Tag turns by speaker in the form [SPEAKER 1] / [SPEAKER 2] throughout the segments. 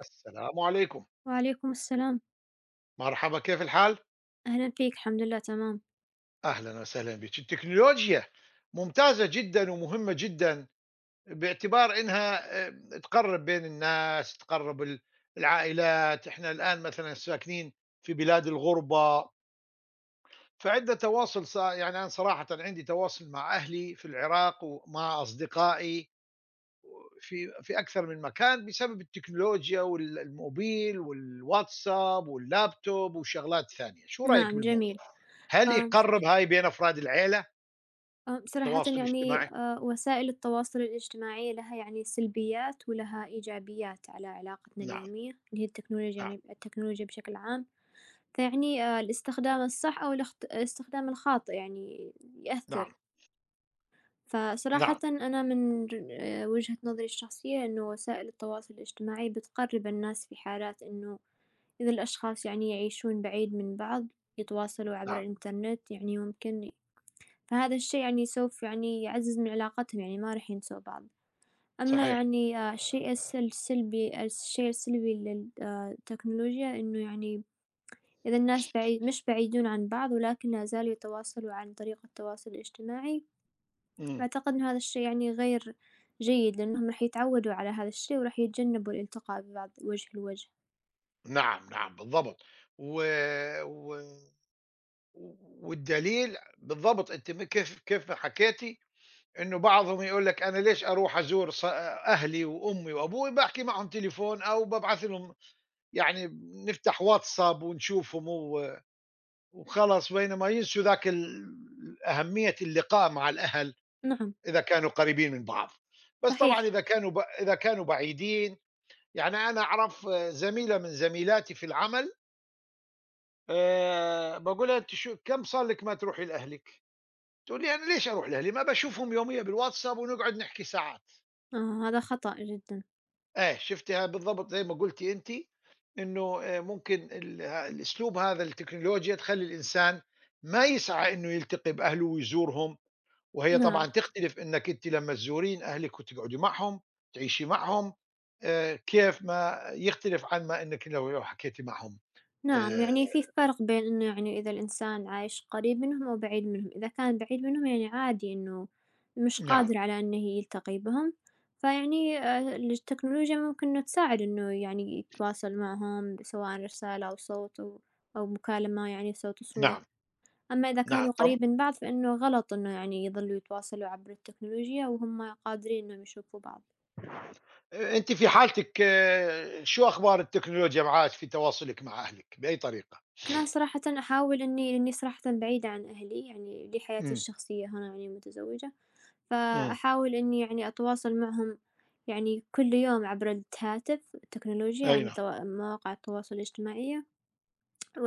[SPEAKER 1] السلام عليكم
[SPEAKER 2] وعليكم السلام،
[SPEAKER 1] مرحبا كيف الحال؟
[SPEAKER 2] أهلًا فيك، الحمد لله تمام.
[SPEAKER 1] أهلا وسهلا بك. التكنولوجيا ممتازة جدا ومهمة جدا باعتبار إنها تقرب بين الناس، تقرب العائلات. إحنا الآن مثلا ساكنين في بلاد الغربة، فعندنا تواصل يعني أنا صراحة عندي تواصل مع أهلي في العراق ومع أصدقائي في أكثر من مكان بسبب التكنولوجيا والموبيل والواتساب واللابتوب وشغلات ثانية. شو رأيك
[SPEAKER 2] نعم
[SPEAKER 1] بالموضوع؟
[SPEAKER 2] جميل.
[SPEAKER 1] هل
[SPEAKER 2] آمم،
[SPEAKER 1] يقرّب هاي بين أفراد العيلة،
[SPEAKER 2] آمم، صراحةً
[SPEAKER 1] التواصل
[SPEAKER 2] يعني
[SPEAKER 1] الاجتماعي؟
[SPEAKER 2] وسائل التواصل الاجتماعي لها يعني سلبيات ولها إيجابيات على علاقتنا
[SPEAKER 1] نعم،
[SPEAKER 2] اليومية، اللي هي التكنولوجيا
[SPEAKER 1] نعم،
[SPEAKER 2] يعني التكنولوجيا بشكل عام، فيعني الاستخدام الصح أو الاستخدام الخاطئ يعني
[SPEAKER 1] نعم،
[SPEAKER 2] يأثر.
[SPEAKER 1] نعم،
[SPEAKER 2] فصراحةً أنا من ر وجهة نظري الشخصية إنه وسائل التواصل الاجتماعي بتقرّب الناس في حالات إنه إذا الأشخاص يعني يعيشون بعيد من بعض، يتواصلوا عبر
[SPEAKER 1] نعم،
[SPEAKER 2] الإنترنت يعني ممكن فهذا الشي يعني سوف يعني يعزّز من علاقتهم يعني ما راح ينسوا بعض، أما
[SPEAKER 1] صحيح،
[SPEAKER 2] يعني الشيء السلبي لل التكنولوجيا إنه يعني إذا الناس مش بعيدون عن بعض ولكن لا زالوا يتواصلوا عن طريق التواصل الاجتماعي
[SPEAKER 1] إمم،
[SPEAKER 2] أعتقد إنه هذا الشي يعني غير جيد، لأنهم راح يتعودوا على هذا الشي وراح يتجنبوا الالتقاء ببعض وجه لوجه.
[SPEAKER 1] نعم، نعم، بالضبط، و و والدليل بالضبط. أنتِ كيف ما حكيتِ، إنه بعضهم يقول لك: أنا ليش أروح أزور أهلي وأمي وأبوي، باحكي معهم تليفون أو بابعث لهم يعني، نفتح واتساب ونشوفهم وخلاص، بينما ينسوا ذاك أهمية اللقاء مع الأهل،
[SPEAKER 2] نعم،
[SPEAKER 1] إذا كانوا قريبين من بعض، بس طبعًا
[SPEAKER 2] صحيح،
[SPEAKER 1] إذا كانوا بعيدين. يعني أنا أعرف زميلة من زميلاتي في العمل، باقول لها: أنتِ شو كم صار لِك ما تروحي لأهلِك؟ تقول لي: "أنا ليش أروح لأهلي؟ ما باشوفهم يوميًا بالواتساب ونقعد نحكي ساعات."
[SPEAKER 2] آه هذا خطأ جدًا.
[SPEAKER 1] آه، شُفتِ بالضبط زي ما قُلتِ أنتِ، إنه ممكن ال ه الأسلوب هذا، التكنولوجيا تخلّي الإنسان ما يسعى إنه يلتقي بأهله ويزورهم. وهي طبعًا
[SPEAKER 2] نعم،
[SPEAKER 1] تختلف، إنِّك أنتِ لمّا تزورين أهلِك وتقعدي معهم، تعيشي معهم، كيف ما يختلف عن ما إنِّك لو حكيتِ معهم.
[SPEAKER 2] نعم،
[SPEAKER 1] آآ
[SPEAKER 2] يعني في فرق بين إنه يعني إذا الإنسان عايش قريب منهم أو بعيد منهم، إذا كان بعيد منهم يعني عادي إنه مش
[SPEAKER 1] نعم،
[SPEAKER 2] قادر على إنه يلتقي بهم، فيعني التكنولوجيا ممكن إنه تساعد إنه يعني يتواصل معهم سواء رسالة أو صوت أو مكالمة يعني صوت وصورة.
[SPEAKER 1] نعم،
[SPEAKER 2] أما إذا
[SPEAKER 1] نعم.
[SPEAKER 2] كانوا
[SPEAKER 1] طب
[SPEAKER 2] قريب من بعض فإنه غلط إنه يعني يظلوا يتواصلوا عبر التكنولوجيا وهم قادرين إنهم يشوفوا بعض،
[SPEAKER 1] أنتِ في حالتِك، شو أخبار التكنولوجيا معاك في تواصلِك مع أهلِك، بأي طريقة؟
[SPEAKER 2] أنا صراحةً أحاول لإني صراحةً بعيدة عن أهلي يعني لي حياتي
[SPEAKER 1] إمم،
[SPEAKER 2] الشخصية هنا يعني متزوجة،
[SPEAKER 1] إمم.
[SPEAKER 2] فأحاول إني يعني أتواصل معهم يعني كل يوم عبر الهاتف التكنولوجيا
[SPEAKER 1] أي
[SPEAKER 2] عن
[SPEAKER 1] نعم،
[SPEAKER 2] مواقع التواصل الاجتماعية،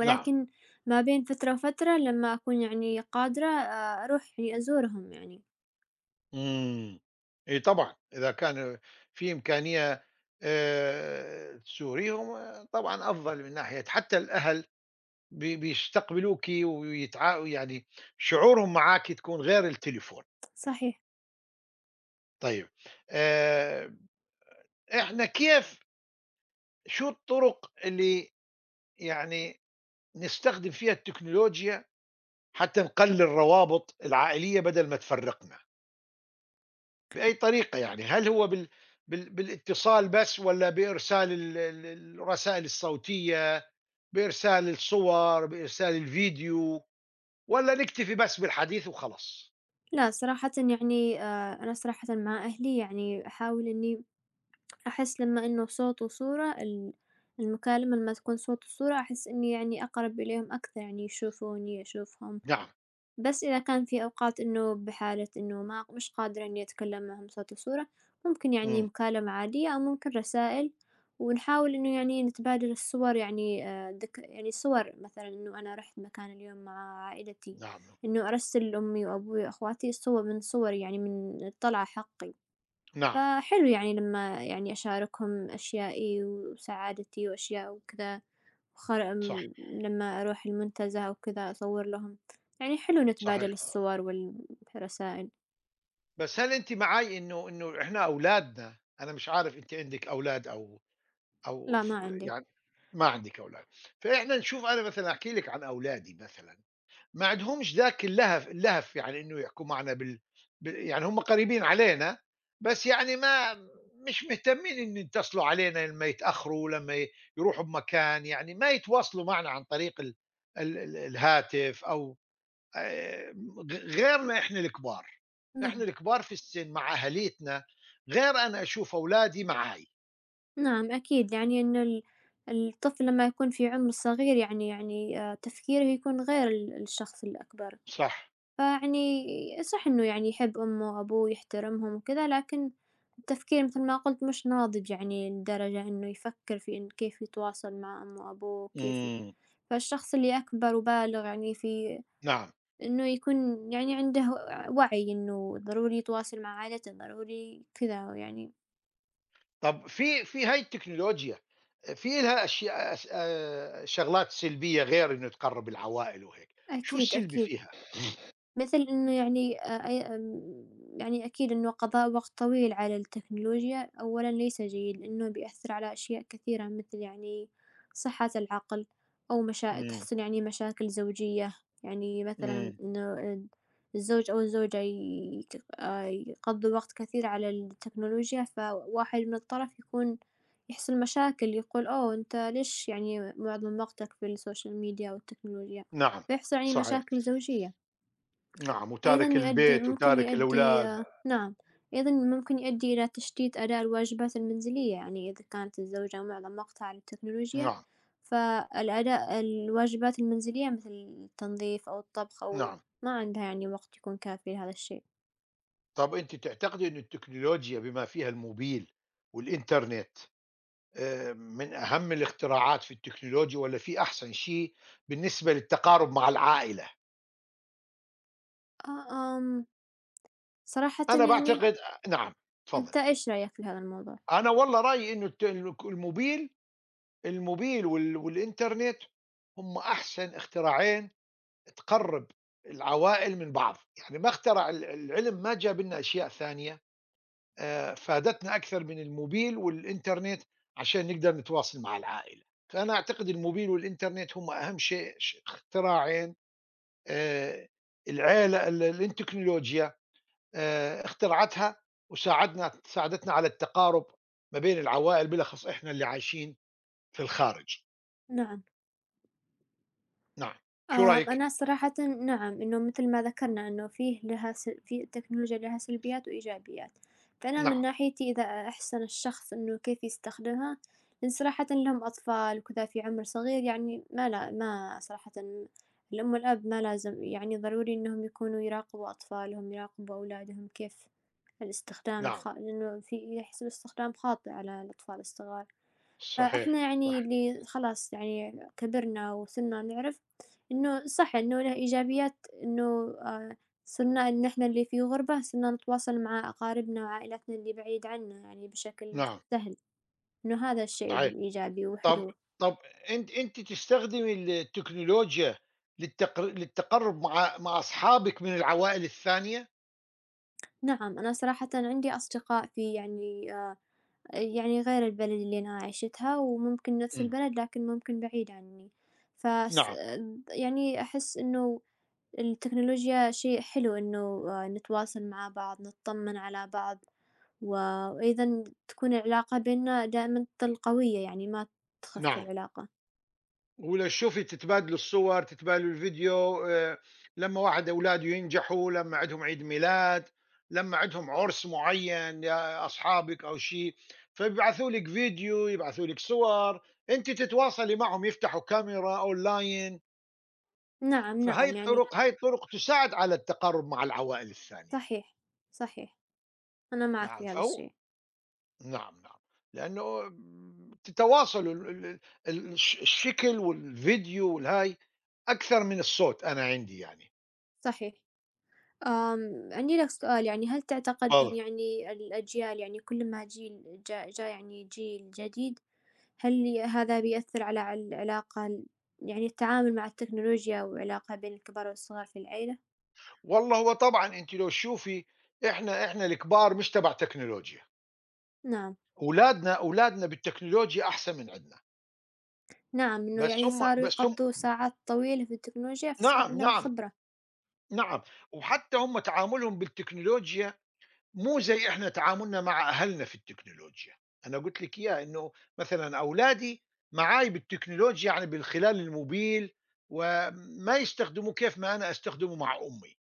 [SPEAKER 1] نعم.
[SPEAKER 2] ما بين فترة وفترة لما أكون يعني قادرة أروح يعني أزورهم يعني،
[SPEAKER 1] إمم. إي طبعًا، إذا كان في إمكانية تزوريهم، آه، طبعًا أفضل من ناحية، حتى الأهل بيستقبلوكِ يعني شعورهم معاكِ تكون غير التليفون.
[SPEAKER 2] صحيح.
[SPEAKER 1] طيب، آآ، إحنا كيف، شو الطرق اللي يعني نستخدم فيها التكنولوجيا حتى نقلل الروابط العائلية بدل ما تفرّقنا؟ بأي طريقة يعني، هل هو بالاتصال بس والّا بإرسال ال ال الرسائل الصوتية، بإرسال الصور، بإرسال الفيديو، والّا نكتفي بس بالحديث وخلاص؟
[SPEAKER 2] لا صراحةً يعني أنا صراحةً مع أهلي يعني أحاول إني أحس لمّا إنه صوت وصورة المكالمة لمّا تكون صوت وصورة أحس إني يعني أقرب إليهم أكثر، يعني يشوفوني، أشوفهم.
[SPEAKER 1] نعم،
[SPEAKER 2] بس إذا كان في أوقات إنه بحالة إنه ما مش قادرة إني أتكلم معهم صوت وصورة ممكن يعني
[SPEAKER 1] إمم،
[SPEAKER 2] مكالمة عادية أو ممكن رسائل، ونحاول إنه يعني نتبادل الصور يعني ذك يعني صور مثلًا إنه أنا رحت مكان اليوم مع عائلتي،
[SPEAKER 1] نعم،
[SPEAKER 2] إنه أرسل لأمي وأبوي وأخواتي صور من صوري يعني من الطلعة حقي.
[SPEAKER 1] نعم.
[SPEAKER 2] فحلو يعني لمّا يعني أشاركهم أشيائي وسعادتي وأشياء وكذا، وخر
[SPEAKER 1] صح،
[SPEAKER 2] آمم، لمّا أروح المنتزه أو كذا أصور لهم، يعني حلو نتبادل
[SPEAKER 1] صحيح.
[SPEAKER 2] الصور والرسائل،
[SPEAKER 1] بس هل أنتِ معاي إنه إحنا أولادنا؟ أنا مش عارف، أنتِ عندِك أولاد أو أو
[SPEAKER 2] لا
[SPEAKER 1] ف
[SPEAKER 2] ما عندي.
[SPEAKER 1] يعني ما عندِك أولاد. فإحنا نشوف، أنا مثلًا أحكي لِك عن أولادي مثلًا، ما عندهمش ذاك اللهف يعني إنه يحكوا معنا بال بال يعني، هم قريبين علينا، بس يعني ما مش مهتمين إن يتصلوا علينا لمّا يتأخروا، لمّا يروحوا بمكان، يعني ما يتواصلوا معنا عن طريق ال ال ال الهاتف أو غيرنا إحنا الكبار. إحنا
[SPEAKER 2] نعم،
[SPEAKER 1] الكبار في السن مع أهاليتنا، غير أنا أشوف أولادي معاي.
[SPEAKER 2] نعم أكيد يعني إنه الطفل لمّا يكون في عمر صغير يعني تفكيره يكون غير الشخص الأكبر.
[SPEAKER 1] صح،
[SPEAKER 2] فيعني صح إنه يعني يحب أمه وأبوه ويحترمهم وكذا، لكن التفكير مثل ما قُلت مش ناضج يعني لدرجة إنه يفكر في إن كيف يتواصل مع أمه وأبوه كيف ي
[SPEAKER 1] إمم.
[SPEAKER 2] فالشخص اللي أكبر وبالغ يعني في
[SPEAKER 1] نعم،
[SPEAKER 2] إنه يكون يعني عنده وعي إنه ضروري يتواصل مع عائلته، ضروري كذا يعني
[SPEAKER 1] طب في هاي التكنولوجيا، في لها أشياء أس شغلات سلبية غير إنه تقرّب العوائل وهيك، شو
[SPEAKER 2] أكيد،
[SPEAKER 1] السلبي
[SPEAKER 2] أكيد.
[SPEAKER 1] فيها؟
[SPEAKER 2] مثل إنه يعني أ أي آمم، يعني أكيد إنه قضاء وقت طويل على التكنولوجيا أولًا ليس جيد، لإنه بيأثر على أشياء كثيرة مثل يعني صحة العقل أو
[SPEAKER 1] إمم،
[SPEAKER 2] تحصل يعني مشاكل زوجية، يعني مثلًا
[SPEAKER 1] إمم.
[SPEAKER 2] إنه الزوج أو الزوجة يك يقضوا وقت كثير على التكنولوجيا، فواحد من الطرف يكون يحصل مشاكل، يقول أوه أنت ليش يعني معظم وقتك في السوشيال ميديا والتكنولوجيا؟
[SPEAKER 1] نعم،
[SPEAKER 2] فيحصل يعني
[SPEAKER 1] صحيح،
[SPEAKER 2] مشاكل زوجية.
[SPEAKER 1] نعم،
[SPEAKER 2] أيضًا
[SPEAKER 1] وتارك البيت
[SPEAKER 2] ممكن
[SPEAKER 1] وتارك
[SPEAKER 2] يؤدي
[SPEAKER 1] الأولاد،
[SPEAKER 2] آه، نعم، أيضًا ممكن يؤدي إلى تشتيت أداء الواجبات المنزلية، يعني إذا كانت الزوجة معظم وقتها على التكنولوجيا،
[SPEAKER 1] نعم،
[SPEAKER 2] فالأداء الواجبات المنزلية مثل التنظيف أو الطبخ أو
[SPEAKER 1] نعم،
[SPEAKER 2] ما عندها يعني وقت يكون كافي لهذا الشيء.
[SPEAKER 1] طب أنتِ تعتقدي إنه التكنولوجيا بما فيها الموبيل والإنترنت من أهم الاختراعات في التكنولوجيا، والّا في أحسن شيء بالنسبة للتقارب مع العائلة؟
[SPEAKER 2] آآ، آمم، صراحةً
[SPEAKER 1] أنا
[SPEAKER 2] يعني
[SPEAKER 1] باعتقد، نعم، اتفضل.
[SPEAKER 2] أنت إيش رأيك في هذا الموضوع؟
[SPEAKER 1] أنا والله رأيي إنه الت الك الموبيل، الموبيل والإنترنت هم أحسن اختراعين تقرّب العوائل من بعض. يعني ما اخترع العلم، ما جاب لنا أشياء ثانية فادتنا أكثر من الموبيل والإنترنت عشان نقدر نتواصل مع العائلة. فأنا أعتقد الموبيل والإنترنت هم أهم شيء اختراعين آآ العالَ ال ال التكنولوجيا اخترعتها وساعدنا ساعدتنا على التقارُب ما بين العوائل، بالأخص إحنا اللي عايشين في الخارج.
[SPEAKER 2] نعم.
[SPEAKER 1] نعم، شو
[SPEAKER 2] آه،
[SPEAKER 1] رأيِك؟
[SPEAKER 2] أنا صراحةً نعم، إنه مثل ما ذكرنا إنه فيه لها في التكنولوجيا لها سلبيات وإيجابيات، فأنا من
[SPEAKER 1] نعم،
[SPEAKER 2] ناحيتي إذا أحسن الشخص إنه كيف يستخدمها، لإن صراحةً لهم أطفال وكذا في عمر صغير يعني ما صراحةً الأم والأب ما لازم يعني ضروري إنهم يكونوا يراقبوا أطفالهم، يراقبوا أولادهم كيف الاستخدام
[SPEAKER 1] نعم،
[SPEAKER 2] الخا لإنه في يحصل استخدام خاطئ على الأطفال الصغار.
[SPEAKER 1] صحيح،
[SPEAKER 2] فإحنا يعني
[SPEAKER 1] صح،
[SPEAKER 2] اللي خلاص يعني كبرنا وصرنا نعرف إنه صح إنه له إيجابيات إنه آه، صرنا إحنا اللي في غربة صرنا نتواصل مع أقاربنا وعائلتنا اللي بعيد عنا يعني بشكل
[SPEAKER 1] نعم،
[SPEAKER 2] سهل إنه هذا الشيء
[SPEAKER 1] صحيح.
[SPEAKER 2] الإيجابي
[SPEAKER 1] طَب
[SPEAKER 2] وحلو
[SPEAKER 1] طَب أنتِ تستخدمي التكنولوجيا للتقرُّب مع أصحابِك من العوائل الثانية؟
[SPEAKER 2] نعم أنا صراحة عندي أصدقاء في يعني آه يعني غير البلد اللي أنا عشتها وممكن نفس
[SPEAKER 1] إمم،
[SPEAKER 2] البلد لكن ممكن بعيد عني فس
[SPEAKER 1] نعم،
[SPEAKER 2] يعني أحس إنه التكنولوجيا شيء حلو إنه آه، نتواصل مع بعض، نطمن على بعض، و وأيضًا تكون العلاقة بيننا دائمًا تظل قوية يعني ما تخف
[SPEAKER 1] نعم.
[SPEAKER 2] العلاقة.
[SPEAKER 1] ولو شوفي تتبادلوا الصور، تتبادلوا الفيديو، لمّا واحد أولاده ينجحوا، لمّا عندهم عيد ميلاد، لمّا عندهم عُرس معيّن يا أصحابِك أو شي، فبيبعثوا لِك فيديو، يبعثوا لِك صور، أنتِ تتواصلي معهم، يفتحوا كاميرا أونلاين،
[SPEAKER 2] نعم، نعم،
[SPEAKER 1] فهاي
[SPEAKER 2] يعني
[SPEAKER 1] الطرق، هاي الطرق تساعد على التقارب مع العوائل الثانية،
[SPEAKER 2] صحيح، صحيح، أنا معك
[SPEAKER 1] نعم،
[SPEAKER 2] في هذا
[SPEAKER 1] فهو
[SPEAKER 2] الشيء،
[SPEAKER 1] نعم، نعم، لأنه تتواصلوا ال ال ال الش الشكل والفيديو والهاي أكثر من الصوت، أنا عندي يعني.
[SPEAKER 2] صحيح. عندي لك سؤال يعني هل تعتقد
[SPEAKER 1] خالص.
[SPEAKER 2] إن يعني الأجيال يعني كل ما جيل جا يعني جيل جديد، هل ي هذا بيأثر على العلاقة يعني التعامل مع التكنولوجيا والعلاقة بين الكبار والصغار في العيلة؟
[SPEAKER 1] والله هو طبعًا، أنتِ لو تشوفي، إحنا الكبار مش تبع تكنولوجيا،
[SPEAKER 2] نعم.
[SPEAKER 1] أولادنا بالتكنولوجيا أحسن من عندنا،
[SPEAKER 2] نعم، إنه
[SPEAKER 1] بس
[SPEAKER 2] يعني
[SPEAKER 1] هم
[SPEAKER 2] صاروا
[SPEAKER 1] بس هم
[SPEAKER 2] يقضّوا ساعات طويلة في التكنولوجيا، فصار
[SPEAKER 1] نعم،
[SPEAKER 2] عندهم
[SPEAKER 1] نعم،
[SPEAKER 2] خبرة.
[SPEAKER 1] نعم، وحتى هم تعاملهم بالتكنولوجيا مو زي إحنا تعاملنا مع أهلنا في التكنولوجيا. أنا قُلت لِك إياها، إنه مثلًا أولادي معاي بالتكنولوجيا يعني من خلال الموبيل، وما يستخدموه كيف ما أنا أستخدمه مع أمي.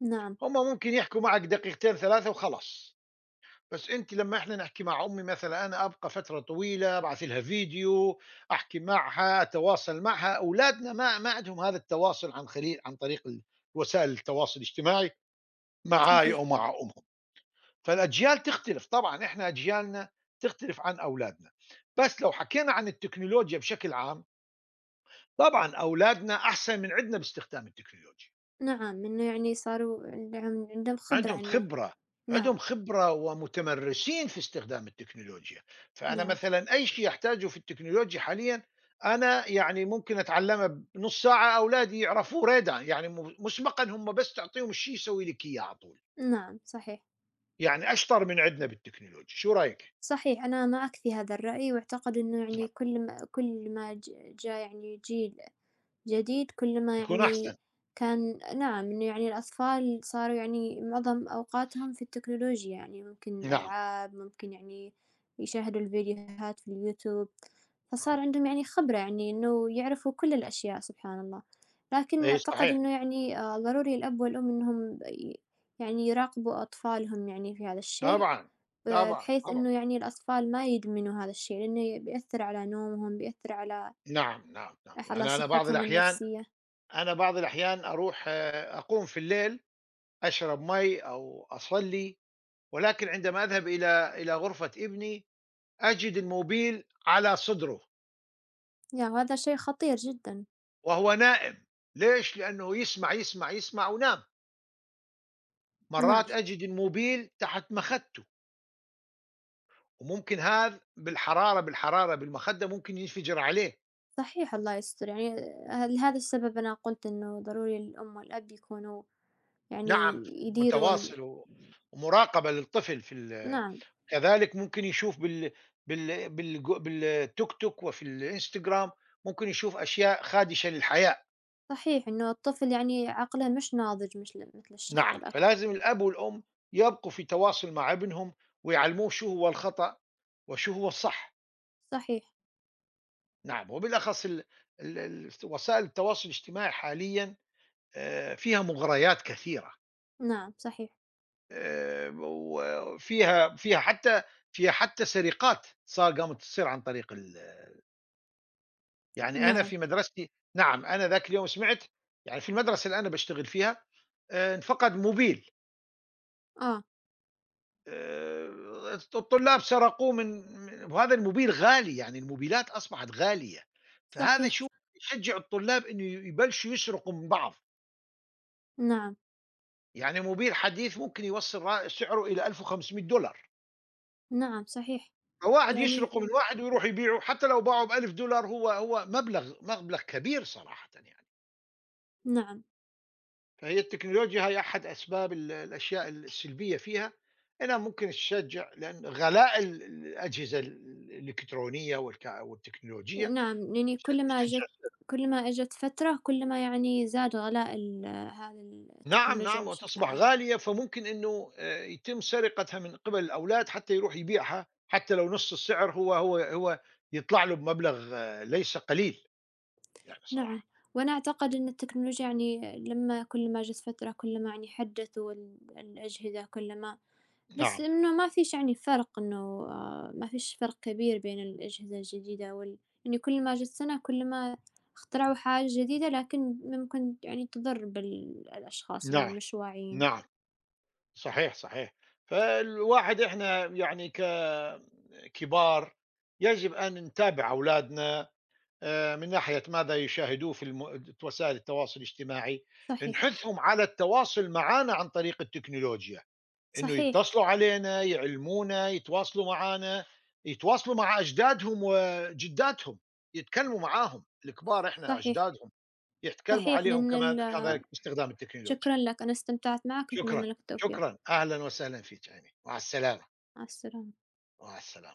[SPEAKER 2] نعم،
[SPEAKER 1] هم ممكن يحكوا معك دقيقتين 3 وخلاص، بس أنتِ لمّا إحنا نحكي مع أمي مثلًا، أنا أبقى فترة طويلة، أبعت لها فيديو، أحكي معها، أتواصل معها. أولادنا ما عندهم هذا التواصل عن طريق ال وسائل التواصل الاجتماعي معاي
[SPEAKER 2] صحيح.
[SPEAKER 1] أو مع أمهم. فالأجيال تختلف طبعًا، إحنا أجيالنا تختلف عن أولادنا، بس لو حكينا عن التكنولوجيا بشكل عام، طبعًا أولادنا أحسن من عندنا باستخدام التكنولوجيا.
[SPEAKER 2] نعم، إنه يعني صاروا عندهم خبرة
[SPEAKER 1] عندهم
[SPEAKER 2] إنه
[SPEAKER 1] خبرة،
[SPEAKER 2] نعم،
[SPEAKER 1] عندهم خبرة ومتمرسين في استخدام التكنولوجيا. فأنا
[SPEAKER 2] نعم،
[SPEAKER 1] مثلًا أي شيء أحتاجه في التكنولوجيا حاليًا، أنا يعني ممكن أتعلمها بنُص ساعة، أولادي يعرفوه ريدًا، يعني مسبقًا هم، بس تعطيهم الشيء يسوي لِك إياه على طول،
[SPEAKER 2] نعم، صحيح.
[SPEAKER 1] يعني أشطر من عندنا بالتكنولوجيا، شو رأيِك؟
[SPEAKER 2] صحيح، أنا معك في هذا الرأي، وأعتقد إنه يعني
[SPEAKER 1] نعم،
[SPEAKER 2] كل ما جا يعني جيل جديد، كل ما
[SPEAKER 1] يكون
[SPEAKER 2] يعني
[SPEAKER 1] أحسن،
[SPEAKER 2] كان نعم، إنه يعني الأطفال صاروا يعني معظم أوقاتهم في التكنولوجيا، يعني ممكن
[SPEAKER 1] نعم،
[SPEAKER 2] ألعاب، ممكن يعني يشاهدوا الفيديوهات في اليوتيوب، فصار عندهم يعني خبرة يعني إنه يعرفوا كل الأشياء سبحان الله، لكن
[SPEAKER 1] أي
[SPEAKER 2] أعتقد
[SPEAKER 1] صحيح،
[SPEAKER 2] إنه يعني ضروري الأب والأم إنهم يعني يراقبوا أطفالهم يعني في هذا الشيء.
[SPEAKER 1] طبعًا،
[SPEAKER 2] ب
[SPEAKER 1] طبعًا،
[SPEAKER 2] بحيث
[SPEAKER 1] طبعًا،
[SPEAKER 2] إنه يعني الأطفال ما يدمنوا هذا الشي، لإنه بيأثر على نومهم، بيأثر على
[SPEAKER 1] نعم، نعم، نعم، يعني أنا بعض
[SPEAKER 2] صحتهم
[SPEAKER 1] الأحيان
[SPEAKER 2] النفسية،
[SPEAKER 1] أنا بعض الأحيان أروح آه، أقوم في الليل أشرب مَي أو أصلّي، ولكن عندما أذهب إلى غرفة ابني أجد الموبيل على صدره
[SPEAKER 2] يا وهذا شي خطير جدًا،
[SPEAKER 1] وهو نائم. ليش؟ لأنه يسمع يسمع يسمع ونام.
[SPEAKER 2] نعم،
[SPEAKER 1] مرات أجد الموبيل تحت مخدته، وممكن هذا بالحرارة بالمخدة، ممكن ينفجر عليه.
[SPEAKER 2] صحيح الله يستر يعني لهذا السبب أنا قُلت إنه ضروري الأم والأب يكونوا يعني
[SPEAKER 1] نعم،
[SPEAKER 2] يديروا
[SPEAKER 1] متواصل ومراقبة للطفل في
[SPEAKER 2] نعم،
[SPEAKER 1] كذلك ممكن يشوف بالتوك توك وفي الانستغرام، ممكن يشوف أشياء خادشة للحياة.
[SPEAKER 2] صحيح إنه الطفل يعني عقله مش ناضج مثل الشخص
[SPEAKER 1] نعم،
[SPEAKER 2] الأكبر،
[SPEAKER 1] فلازم الأب والأم يبقوا في تواصل مع ابنهم، ويعلموه شو هو الخطأ وشو هو الصح.
[SPEAKER 2] صحيح،
[SPEAKER 1] نعم، وبالأخص ال ال ال وسائل التواصل الاجتماعي حاليًا فيها مغريات كثيرة،
[SPEAKER 2] نعم، صحيح،
[SPEAKER 1] وفيها، فيها حتى سرقات قامت تصير عن طريق يعني أنا
[SPEAKER 2] نعم،
[SPEAKER 1] في مدرستي. نعم، أنا ذاك اليوم سمعت، يعني في المدرسة اللي أنا باشتغل فيها، انفقد موبيل،
[SPEAKER 2] آه،
[SPEAKER 1] الطلاب سرقوه من وهذا الموبيل غالي، يعني الموبيلات أصبحت غالية، فهذا شو
[SPEAKER 2] صحيح،
[SPEAKER 1] يشجّع الطلاب إنه يبلشوا يسرقوا من بعض.
[SPEAKER 2] نعم،
[SPEAKER 1] يعني موبيل حديث ممكن يوصّل سعره إلى $1500،
[SPEAKER 2] نعم، صحيح،
[SPEAKER 1] فواحد
[SPEAKER 2] يعني
[SPEAKER 1] يسرقه من واحد ويروح يبيعه، حتى لو باعه ب$1000، هو هو مبلغ كبير صراحةً يعني.
[SPEAKER 2] نعم.
[SPEAKER 1] فهي التكنولوجيا هي أحد أسباب الأشياء السلبية فيها، إنها ممكن تشجّع، لأن غلاء الأجهزة الإلكترونية والتكنولوجية
[SPEAKER 2] نعم، لأني
[SPEAKER 1] مش هتتشجر.
[SPEAKER 2] كل ما إجت فترة كل ما يعني زاد غلاء هذا
[SPEAKER 1] نعم،
[SPEAKER 2] التكنولوجيا
[SPEAKER 1] نعم،
[SPEAKER 2] بشكل
[SPEAKER 1] وتصبح
[SPEAKER 2] عام،
[SPEAKER 1] غالية، فممكن إنه يتم سرقتها من قِبَل الأولاد حتى يروح يبيعها، حتى لو نُص السعر، هو يطلع له بمبلغ، ليس قليل يعني
[SPEAKER 2] نعم،
[SPEAKER 1] صراحة.
[SPEAKER 2] وأنا أعتقد إن التكنولوجيا يعني لمّا كل ما جت فترة كل ما يعني حدّثوا الأجهزة كل ما بس
[SPEAKER 1] نعم،
[SPEAKER 2] إنه ما فيش يعني فرق إنه آه، ما فيش فرق كبير بين الأجهزة الجديدة يعني كل ما جت سنة كل ما اخترعوا حاجة جديدة لكن ممكن يعني تضر بالأشخاص اللي
[SPEAKER 1] نعم،
[SPEAKER 2] مش واعيين،
[SPEAKER 1] نعم، صحيح، صحيح. فالواحد إحنا يعني ككبار يجب أن نتابع أولادنا من ناحية ماذا يشاهدوه في وسائل التواصل الاجتماعي.
[SPEAKER 2] صحيح،
[SPEAKER 1] نحثهم على التواصل معانا عن طريق التكنولوجيا، إنه
[SPEAKER 2] صحيح،
[SPEAKER 1] يتّصلوا علينا، يعلمونا، يتواصلوا معانا، يتواصلوا مع أجدادهم وجدّاتهم، يتكلّموا معاهم، الكبار إحنا
[SPEAKER 2] صحيح.
[SPEAKER 1] أجدادهم، يتكلّموا
[SPEAKER 2] صحيح،
[SPEAKER 1] عليهم
[SPEAKER 2] لأن
[SPEAKER 1] كما
[SPEAKER 2] ال
[SPEAKER 1] كذلك باستخدام التكنولوجيا.
[SPEAKER 2] شكرًا لك، أنا استمتعت معك،
[SPEAKER 1] شكرًا،
[SPEAKER 2] أتمنى لك التوفيق،
[SPEAKER 1] شكرًا، أهلًا وسهلًا فيك عيني، مع السلامة،
[SPEAKER 2] مع السلامة.
[SPEAKER 1] مع السلامة.